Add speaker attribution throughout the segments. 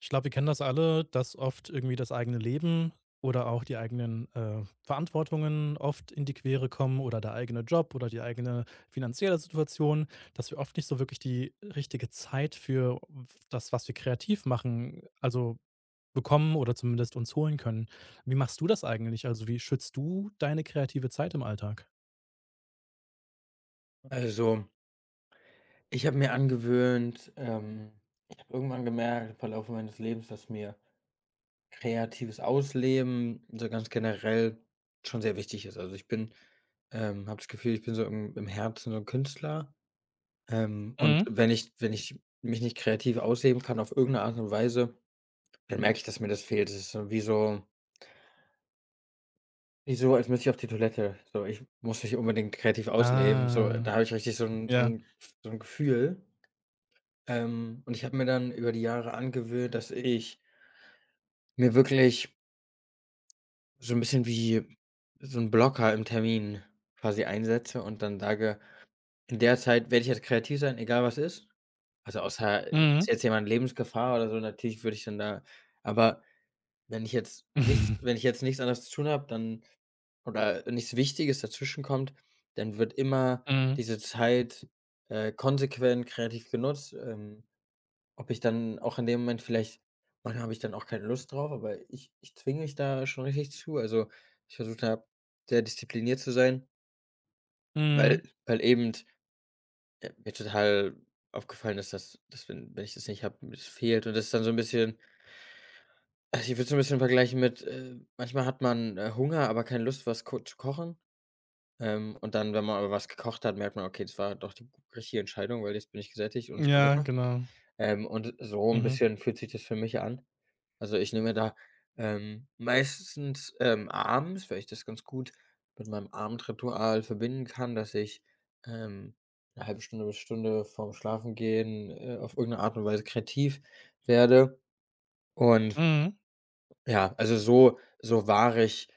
Speaker 1: Ich glaube, wir kennen das alle, dass oft irgendwie das eigene Leben oder auch die eigenen Verantwortungen oft in die Quere kommen oder der eigene Job oder die eigene finanzielle Situation, dass wir oft nicht so wirklich die richtige Zeit für das, was wir kreativ machen, also bekommen oder zumindest uns holen können. Wie machst du das eigentlich? Also wie schützt du deine kreative Zeit im Alltag?
Speaker 2: Also, ich habe mir angewöhnt ich habe irgendwann gemerkt im Verlauf meines Lebens, dass mir kreatives Ausleben so ganz generell schon sehr wichtig ist. Also, ich bin habe das Gefühl, ich bin so im Herzen so ein Künstler. Und
Speaker 1: Mhm.
Speaker 2: wenn ich mich nicht kreativ ausleben kann auf irgendeine Art und Weise, dann merke ich, dass mir das fehlt. Es ist so wie so, als müsste ich auf die Toilette. So, ich muss mich unbedingt kreativ ausleben. So,
Speaker 1: Ah,
Speaker 2: da habe ich richtig so ein so
Speaker 1: ja.
Speaker 2: 'n so 'n Gefühl. Und ich habe mir dann über die Jahre angewöhnt, dass ich mir wirklich so ein bisschen wie so ein Blocker im Termin quasi einsetze und dann sage: „In der Zeit werde ich jetzt kreativ sein, egal was ist." Also, außer es ist
Speaker 1: Mhm.
Speaker 2: jetzt jemand Lebensgefahr oder so, natürlich würde ich dann da, aber wenn ich jetzt nichts wenn ich jetzt nichts anderes zu tun habe, dann oder nichts Wichtiges dazwischen kommt, dann wird immer
Speaker 1: Mhm.
Speaker 2: diese Zeit, konsequent kreativ genutzt. Ob ich dann auch in dem Moment vielleicht, manchmal habe ich dann auch keine Lust drauf, aber ich zwinge mich da schon richtig zu. Also, ich versuche da sehr diszipliniert zu sein, weil
Speaker 1: Mhm.
Speaker 2: eben, mir total aufgefallen ist, dass wenn ich das nicht habe, mir das fehlt und das ist dann so ein bisschen. Also, ich würde es so ein bisschen vergleichen mit, manchmal hat man, Hunger, aber keine Lust, was ko zu kochen. Und dann, wenn man aber was gekocht hat, merkt man: „Okay, das war doch die richtige Entscheidung, weil jetzt bin ich gesättigt und es war
Speaker 1: Ja,
Speaker 2: lecker."
Speaker 1: genau.
Speaker 2: Und so ein
Speaker 1: Mhm.
Speaker 2: bisschen fühlt sich das für mich an. Also, ich nehme da, meistens, abends, weil ich das ganz gut mit meinem Abendritual verbinden kann, dass ich, ähm, 'ne halbe Stunde bis Stunde vorm Schlafengehen, auf irgendeine Art und Weise kreativ werde. Und
Speaker 1: Mhm.
Speaker 2: ja, also, so wahre ich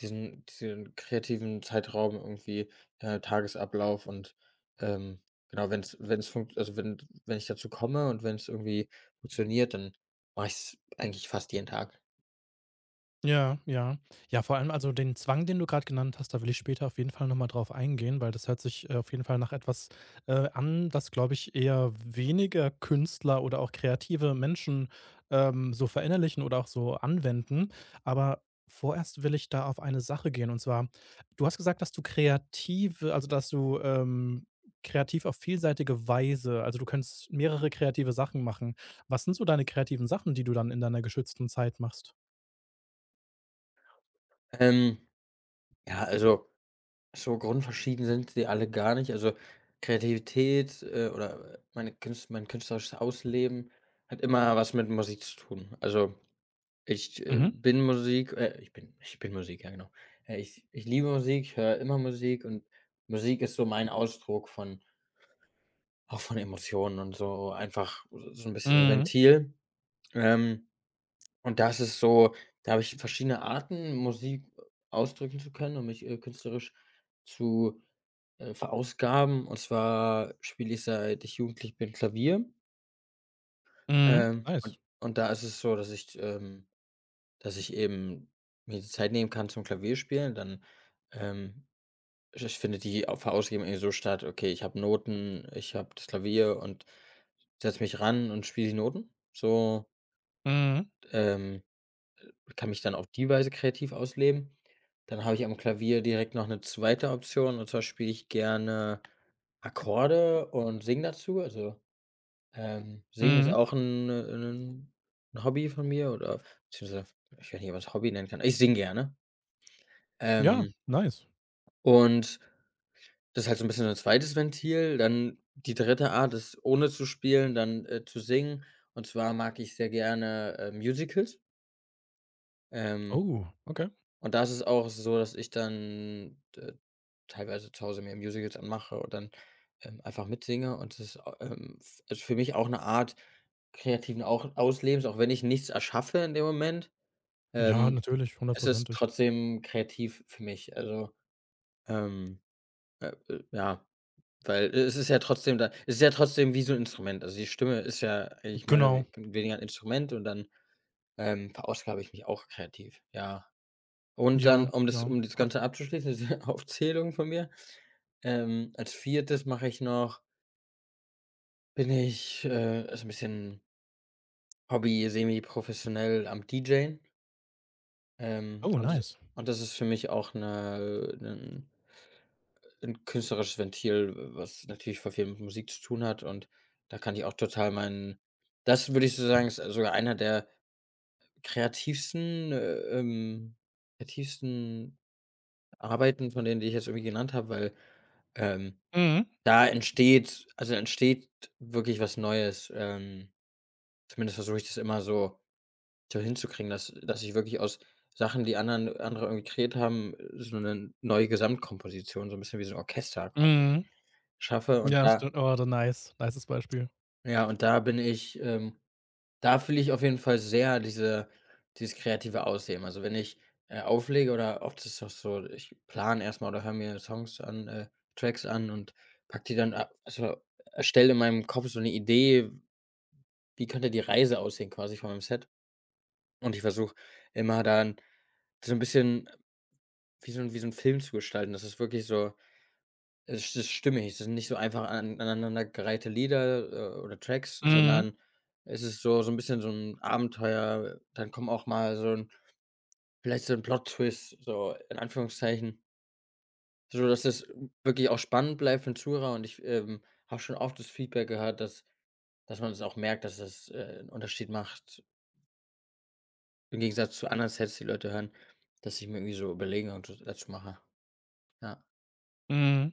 Speaker 2: diesen kreativen Zeitraum irgendwie, Tagesablauf und, ähm, genau, wenn es funkt, also, wenn ich dazu komme und wenn es irgendwie funktioniert, dann mache ich es eigentlich fast jeden Tag.
Speaker 1: Ja, ja. Ja, vor allem also den Zwang, den du gerade genannt hast, da will ich später auf jeden Fall noch mal drauf eingehen, weil das hört sich, auf jeden Fall nach etwas, an, das, glaube ich, eher weniger Künstler oder auch kreative Menschen, so verinnerlichen oder auch so anwenden. Aber vorerst will ich da auf eine Sache gehen, und zwar, du hast gesagt, dass du kreative also dass du, kreativ auf vielseitige Weise also du kannst mehrere kreative Sachen machen. Was sind so deine kreativen Sachen, die du dann in deiner geschützten Zeit machst?
Speaker 2: Ähm, ja, also, so grundverschieden sind sie alle gar nicht. Also, Kreativität, oder meine Künst mein künstlerisches Ausleben hat immer was mit Musik zu tun. Also, ich, bin Musik ich bin Musik, ja genau. Ich liebe Musik, ich höre immer Musik und Musik ist so mein Ausdruck von auch von Emotionen und so einfach so ein bisschen so 'n
Speaker 1: Mhm,
Speaker 2: Ventil. Ähm Und das ist so, da habe ich verschiedene Arten, Musik ausdrücken zu können, um mich, künstlerisch zu, verausgaben. Und zwar spiele ich, seit ich jugendlich bin, Klavier.
Speaker 1: mhm.
Speaker 2: Ähm, und
Speaker 1: Nice.
Speaker 2: und da ist es so, dass ich eben mir die Zeit nehmen kann zum Klavierspielen. Dann, ähm ich finde die au Verausgabung irgendwie so statt: Okay, ich habe Noten, ich habe das Klavier und setze mich ran und spiele die Noten. So,
Speaker 1: Mhm,
Speaker 2: ähm und Kann mich dann auf die Weise kreativ ausleben. Dann habe ich am Klavier direkt noch eine zweite Option, und zwar spiele ich gerne Akkorde und singe dazu. Also, Singen ist
Speaker 1: mhm.
Speaker 2: auch 'n Hobby von mir oder beziehungsweise ich weiß nicht, ob man's Hobby nennen kann. Ich singe gerne.
Speaker 1: Ja,
Speaker 2: Ähm,
Speaker 1: nice.
Speaker 2: und das ist halt so ein bisschen so 'n zweites Ventil. Dann die dritte Art ist, ohne zu spielen, dann, zu singen. Und zwar mag ich sehr gerne, Musicals. Ähm
Speaker 1: Oh, okay.
Speaker 2: Und da ist es auch so, dass ich dann, teilweise zu Hause mir Musicals anmache und dann, einfach mitsinge und das ist, au- f ist für mich auch eine Art kreativen auch Auslebens, auch wenn ich nichts erschaffe in dem Moment,
Speaker 1: Ja,
Speaker 2: ähm,
Speaker 1: natürlich,
Speaker 2: es ist
Speaker 1: hundertprozentig.
Speaker 2: trotzdem kreativ für mich. Also, ähm, ja, weil es ist ja trotzdem wie so ein Instrument. Also, die Stimme ist ja eigentlich mehr oder
Speaker 1: Genau.
Speaker 2: we weniger 'n Instrument und dann, verausgabe ich mich auch kreativ, ja. Und dann,
Speaker 1: Ja,
Speaker 2: um das
Speaker 1: ja. Ho
Speaker 2: Ganze abzuschließen, diese Aufzählung von mir, als viertes mache ich noch, ist ein bisschen Hobby professionell am DJen. Ähm,
Speaker 1: oh,
Speaker 2: und das
Speaker 1: nice.
Speaker 2: und das ist für mich auch eine ne, ein 'n künstlerisches Ventil, was natürlich voll viel mit Musik zu tun hat und da kann ich auch total meinen, das würde ich so sagen, ist sogar einer der kreativsten, äh, ähm kreativsten Arbeiten von denen, die ich jetzt irgendwie genannt habeähm
Speaker 1: Mhm,
Speaker 2: Da entsteht, also, entsteht wirklich was Neues. Zumindest versuche ich das immer so hinzukriegen, dass ich wirklich aus Sachen, die andere irgendwie kreiert haben, so eine neue Gesamtkomposition, so ein bisschen wie so ein Orchester quasi
Speaker 1: mhm.
Speaker 2: schaffe und
Speaker 1: Ja,
Speaker 2: da
Speaker 1: stimmt. Oh, da nice. Nices Beispiel.
Speaker 2: ja, und da bin ich, da fühle ich auf jeden Fall sehr dieses kreative Ausleben. Also, wenn ich, auflege, oder oft ist es auch so, ich plane erstmal oder höre mir Songs an, Tracks an und packe die dann a also, erstelle in meinem Kopf so eine Idee: Wie könnte die Reise aussehen quasi von meinem Set? Und ich versuche immer dann so ein bisschen wie so 'n Film zu gestalten. Das ist wirklich so, es ist stimmig. Es sind nicht so einfach an aneinandergereihte Lieder, oder Tracks,
Speaker 1: Mhm,
Speaker 2: sondern es ist so 'n bisschen so 'n Abenteuer. Dann kommt auch mal so 'n vielleicht so 'n Plot-Twist, so in Anführungszeichen, sodass es wirklich auch spannend bleibt für 'n Zuhörer. Und ich, habe schon oft das Feedback gehört, dass man es auch merkt, dass es, 'n Unterschied macht. Im Gegensatz zu anderen Sets, die Leute hören, dass ich mir irgendwie so überlege und das dazu mache. Ja.
Speaker 1: mhm.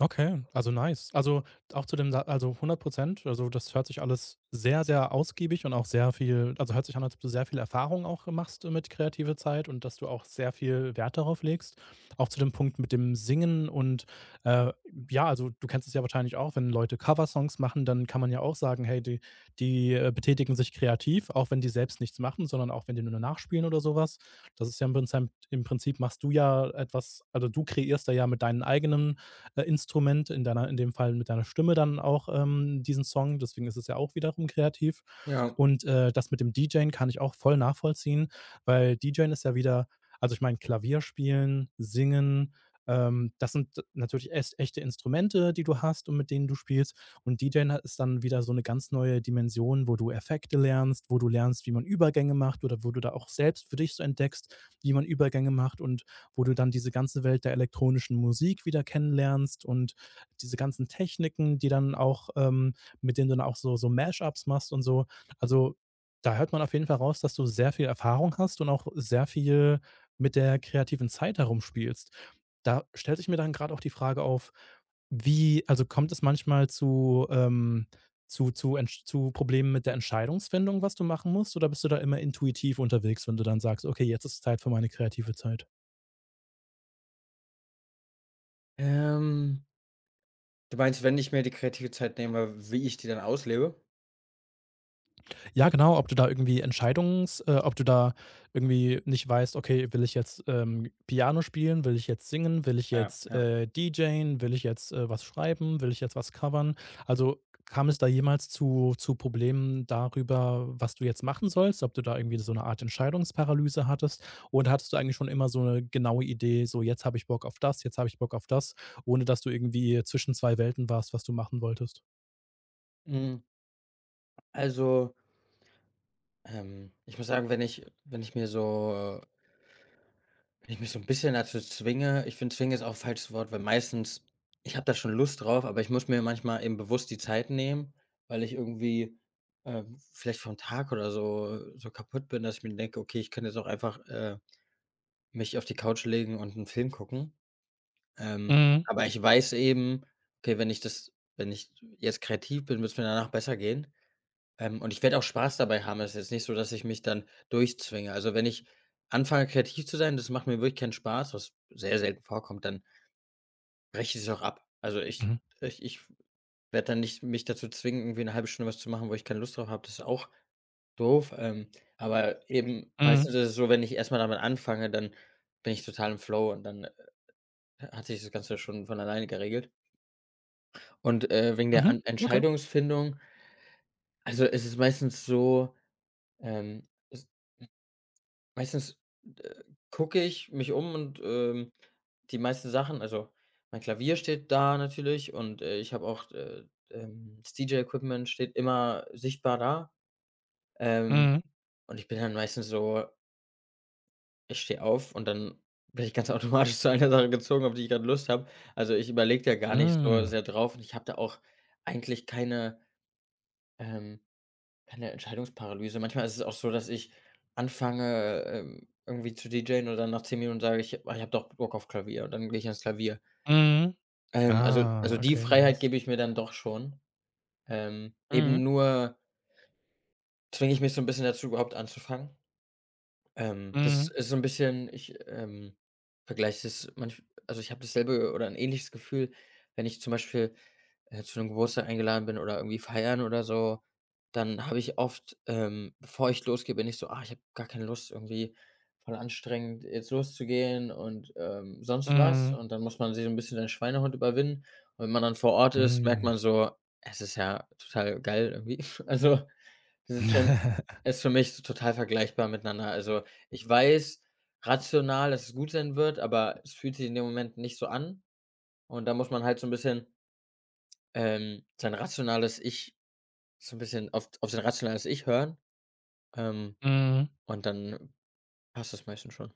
Speaker 1: Okay, also nice. Also auch zu dem Sa also hundert Prozent. Also das hört sich alles sehr, sehr ausgiebig und auch sehr viel also hört sich an, als ob du sehr viel Erfahrung auch machst mit kreative Zeit und dass du auch sehr viel Wert darauf legst. Auch zu dem Punkt mit dem Singen und, äh, ja, also du kennst es ja wahrscheinlich auch, wenn Leute Coversongs machen, dann kann man ja auch sagen: „Hey, die, betätigen sich kreativ, auch wenn die selbst nichts machen, sondern auch wenn die nur nachspielen oder sowas. Das ist ja im Prinzip machst du ja etwas also du kreierst da ja mit deinen eigenen Instrument, in deiner in dem Fall mit deiner Stimme dann auch, diesen Song. Deswegen ist es ja auch wiederum kreativ.
Speaker 2: Ja.
Speaker 1: Und, das mit dem DJen kann ich auch voll nachvollziehen, weil DJen ist ja wieder also, ich meine, Klavier spielen, singen, das sind natürlich echt echte Instrumente, die du hast und mit denen du spielst. Und DJen ha ist dann wieder so eine ganz neue Dimension, wo du Effekte lernst, wo du lernst, wie man Übergänge macht oder wo du da auch selbst für dich so entdeckst, wie man Übergänge macht und wo du dann diese ganze Welt der elektronischen Musik wieder kennenlernst und diese ganzen Techniken, die dann auch, mit denen du dann auch so, so Mashups machst und so. Also da hört man auf jeden Fall raus, dass du sehr viel Erfahrung hast und auch sehr viel mit der kreativen Zeit herumspielst. Da stellt sich mir dann gerade auch die Frage auf, wie also kommt es manchmal zu Entsch zu Problemen mit der Entscheidungsfindung, was du machen musst, oder bist du da immer intuitiv unterwegs, wenn du dann sagst: „Okay, jetzt ist Zeit für meine kreative Zeit?“
Speaker 2: Ähm, du meinst, wenn ich mir die kreative Zeit nehme, wie ich die dann auslebe?
Speaker 1: Ja, genau, ob du da irgendwie Entscheidungs ob du da irgendwie nicht weißt: „Okay, will ich jetzt, Piano spielen? Will ich jetzt singen? Will ich
Speaker 2: Ja,
Speaker 1: jetzt,
Speaker 2: ja.
Speaker 1: deejayen? Will ich jetzt, was schreiben? Will ich jetzt was covern?“ Also, kam es da jemals zu Problemen darüber, was du jetzt machen sollst, ob du da irgendwie so eine Art Entscheidungsparalyse hattest? Oder hattest du eigentlich schon immer so eine genaue Idee, so: „Jetzt habe ich Bock auf das, jetzt habe ich Bock auf das“, ohne dass du irgendwie zwischen 2 Welten warst, was du machen wolltest?
Speaker 2: Hm, also, ich muss sagen, wenn ich mich so ein bisschen dazu zwinge, ich finde, zwingen ist auch ein falsches Wort, weil meistens, ich habe da schon Lust drauf, aber ich muss mir manchmal eben bewusst die Zeit nehmen, weil ich irgendwie, vielleicht vom Tag oder so kaputt bin, dass ich mir denke: „Okay, ich könnte jetzt auch einfach,“ mich auf die Couch legen und 'n Film gucken. Ähm,
Speaker 1: Mhm,
Speaker 2: aber ich weiß eben, okay, wenn ich jetzt kreativ bin, wird's mir danach besser gehen. Und ich werde auch Spaß dabei haben. Es ist jetzt nicht so, dass ich mich dann durchzwinge. Also, wenn ich anfange, kreativ zu sein, das macht mir wirklich keinen Spaß, was sehr selten vorkommt, dann breche ich es auch ab. Also, ich
Speaker 1: mhm,
Speaker 2: ich ich werde dann nicht mich dazu zwingen, irgendwie 'ne halbe Stunde was zu machen, wo ich keine Lust drauf habe. Das ist auch doof. Aber eben
Speaker 1: mhm,
Speaker 2: meistens ist es so, wenn ich erst mal damit anfange, dann bin ich total im Flow und dann hat sich das Ganze schon von alleine geregelt. Und, wegen der
Speaker 1: mhm,
Speaker 2: An
Speaker 1: okay,
Speaker 2: Entscheidungsfindung, also, es ist meistens so, es meistens, äh, gucke ich mich um und, die meisten Sachen, also, mein Klavier steht da natürlich und, ich habe auch, das DJ-Equipment steht immer sichtbar da. Ähm,
Speaker 1: mhm.
Speaker 2: und ich bin dann meistens so, ich stehe auf und dann bin ich ganz automatisch zu einer Sache gezogen, auf die ich gerade Lust habe. Also, ich überlege da gar nicht so
Speaker 1: Mhm.
Speaker 2: sehr drauf und ich habe da auch eigentlich keine Ähm, keine Entscheidungsparalyse. Manchmal ist es auch so, dass ich anfange, irgendwie zu DJen und dann nach 10 Minuten sage ich: „Ah, ich habe doch Bock auf Klavier" und dann gehe ich ans Klavier.
Speaker 1: Mhm.
Speaker 2: Also
Speaker 1: Ah,
Speaker 2: die
Speaker 1: okay,
Speaker 2: Freiheit
Speaker 1: nice.
Speaker 2: gebe ich mir dann doch schon. Eben
Speaker 1: Mhm.
Speaker 2: nur zwinge ich mich so ein bisschen dazu, überhaupt anzufangen. Das
Speaker 1: Mhm.
Speaker 2: ist so ein bisschen, ich, vergleiche das manch also ich habe dasselbe oder ein ähnliches Gefühl, wenn ich zum Beispiel zu einem Geburtstag eingeladen bin oder irgendwie feiern oder so, dann habe ich oft, bevor ich losgehe, bin ich so: „Ah, ich habe gar keine Lust, irgendwie voll anstrengend, jetzt loszugehen und, sonst was."
Speaker 1: Mhm.
Speaker 2: Und dann muss man sich so ein bisschen den Schweinehund überwinden. Und wenn man dann vor Ort ist, merkt
Speaker 1: Mhm.
Speaker 2: man so: „Es ist ja total geil irgendwie." Also, das ist schon ist für mich so total vergleichbar miteinander. Also, ich weiß rational, dass es gut sein wird, aber es fühlt sich in dem Moment nicht so an. Und da muss man halt so ein bisschen, sein rationales Ich so ein bisschen auf sein rationales Ich hören, ähm,
Speaker 1: Mhm.
Speaker 2: und dann passt das meistens schon.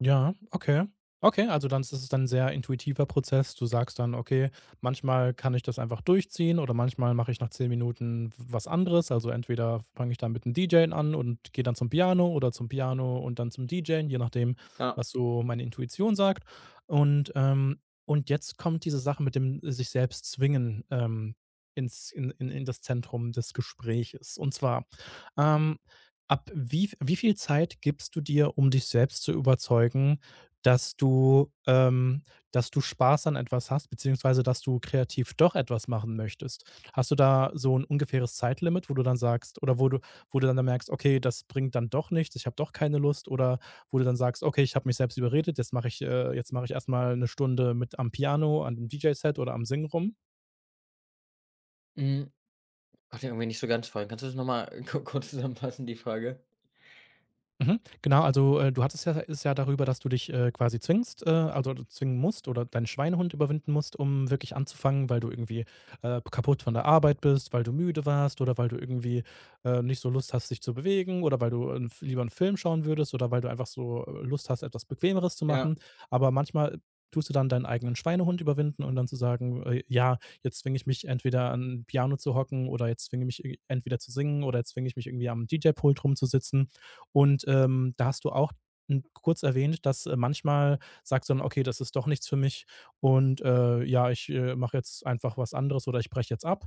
Speaker 1: Ja, okay. Okay, also dann ist es dann 'n sehr intuitiver Prozess. Du sagst dann: „Okay, manchmal kann ich das einfach durchziehen oder manchmal mache ich nach 10 Minuten was anderes.“ Also, entweder fange ich dann mit 'm DJen an und gehe dann zum Piano oder zum Piano und dann zum DJen, je nachdem,
Speaker 2: Ja,
Speaker 1: was so meine Intuition sagt. Und, ähm und jetzt kommt diese Sache mit dem sich selbst zwingen, ins in das Zentrum des Gespräches. Und zwar, ähm Ab wie viel Zeit gibst du dir, um dich selbst zu überzeugen, dass du ähm, dass du Spaß an etwas hast, beziehungsweise dass du kreativ doch etwas machen möchtest? Hast du da so ein ungefähres Zeitlimit, wo du dann sagst oder wo du dann merkst: „Okay, das bringt dann doch nichts, ich habe doch keine Lust“, oder wo du dann sagst: „Okay, ich habe mich selbst überredet, jetzt mache ich erst mal 'ne Stunde mit am Piano, an dem DJ-Set oder am Singen rum“?
Speaker 2: mhm, konnte irgendwie nicht so ganz folgen. Kannst du das noch mal kurz zusammenfassen, die Frage?
Speaker 1: Mhm. Genau, also, du hattest ja ist ja darüber, dass du dich, quasi zwingst, also, du zwingen musst oder deinen Schweinehund überwinden musst, um wirklich anzufangen, weil du irgendwie, kaputt von der Arbeit bist, weil du müde warst oder weil du irgendwie, nicht so Lust hast, dich zu bewegen oder weil du 'n lieber einen Film schauen würdest oder weil du einfach so Lust hast, etwas Bequemeres zu
Speaker 2: Ja,
Speaker 1: machen. Aber manchmal tust du dann deinen eigenen Schweinehund überwinden und dann zu sagen: ja, jetzt zwinge ich mich entweder an Piano zu hocken oder jetzt zwinge ich mich e entweder zu singen oder jetzt zwinge ich mich irgendwie am DJ-Pult rumzusitzen.“ Und, da hast du auch n kurz erwähnt, dass, manchmal sagst du dann: „Okay, das ist doch nichts für mich und, ja, ich, mache jetzt einfach was anderes oder ich breche jetzt ab.“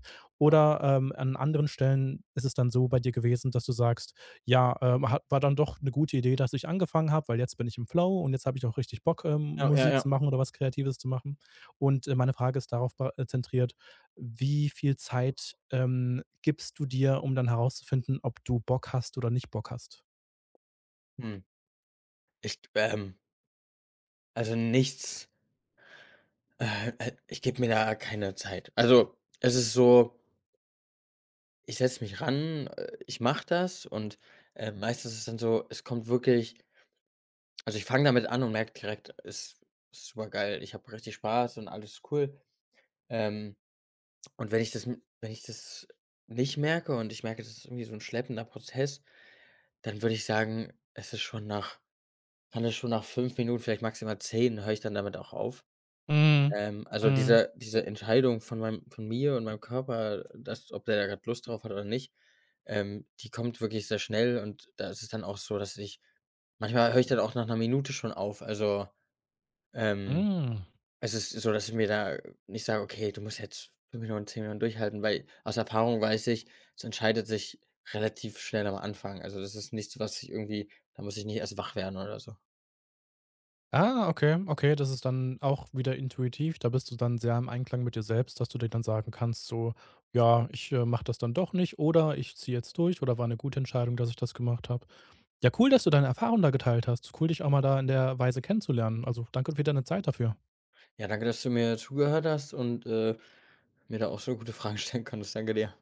Speaker 2: ja,
Speaker 1: Oder, an anderen Stellen ist es dann so bei dir gewesen, dass du sagst: „Ja, hat war dann doch eine gute Idee, dass ich angefangen habe, weil jetzt bin ich im Flow und jetzt habe ich auch richtig Bock,
Speaker 2: ja, ja,
Speaker 1: Musik
Speaker 2: ja.
Speaker 1: zu machen oder was Kreatives zu machen.“ Und, meine Frage ist darauf ba zentriert, wie viel Zeit, gibst du dir, um dann herauszufinden, ob du Bock hast oder nicht Bock hast?
Speaker 2: Hm, ich, also nichts, ich gebe mir da keine Zeit. Also, es ist so, ich setze mich ran, ich mache das und, meistens ist es dann so, es kommt wirklich also ich fange damit an und merke direkt, es ist super geil. Ich habe richtig Spaß und alles cool. Ähm, und wenn ich das nicht merke und ich merke, das ist irgendwie so ein schleppender Prozess, dann würde ich sagen, es ist schon nach kann es schon nach 5 Minuten, vielleicht maximal zehn, höre ich dann damit auch auf.
Speaker 1: Mhm.
Speaker 2: Also,
Speaker 1: Mhm.
Speaker 2: diese Entscheidung von mir und meinem Körper, dass ob der da gerade Lust drauf hat oder nicht, die kommt wirklich sehr schnell und da ist es dann auch so, dass ich manchmal höre ich dann auch nach einer Minute schon auf. Also, ähm
Speaker 1: Hm.
Speaker 2: Es ist so, dass ich mir da nicht sage: „Okay, du musst jetzt 5 Minuten, 10 Minuten durchhalten", weil aus Erfahrung weiß ich, es entscheidet sich relativ schnell am Anfang. Also, das ist nichts, was ich irgendwie, da muss ich nicht erst wach werden oder so.
Speaker 1: Ah, okay, okay, das ist dann auch wieder intuitiv. Da bist du dann sehr im Einklang mit dir selbst, dass du dir dann sagen kannst, so: „Ja, ich, mache das dann doch nicht“ oder „Ich ziehe jetzt durch“ oder „War eine gute Entscheidung, dass ich das gemacht habe.“ Ja, cool, dass du deine Erfahrung da geteilt hast. Cool, dich auch mal da in der Weise kennenzulernen. Also, danke für deine Zeit dafür.
Speaker 2: Ja, danke, dass du mir zugehört hast und, mir da auch so gute Fragen stellen konntest. Danke dir.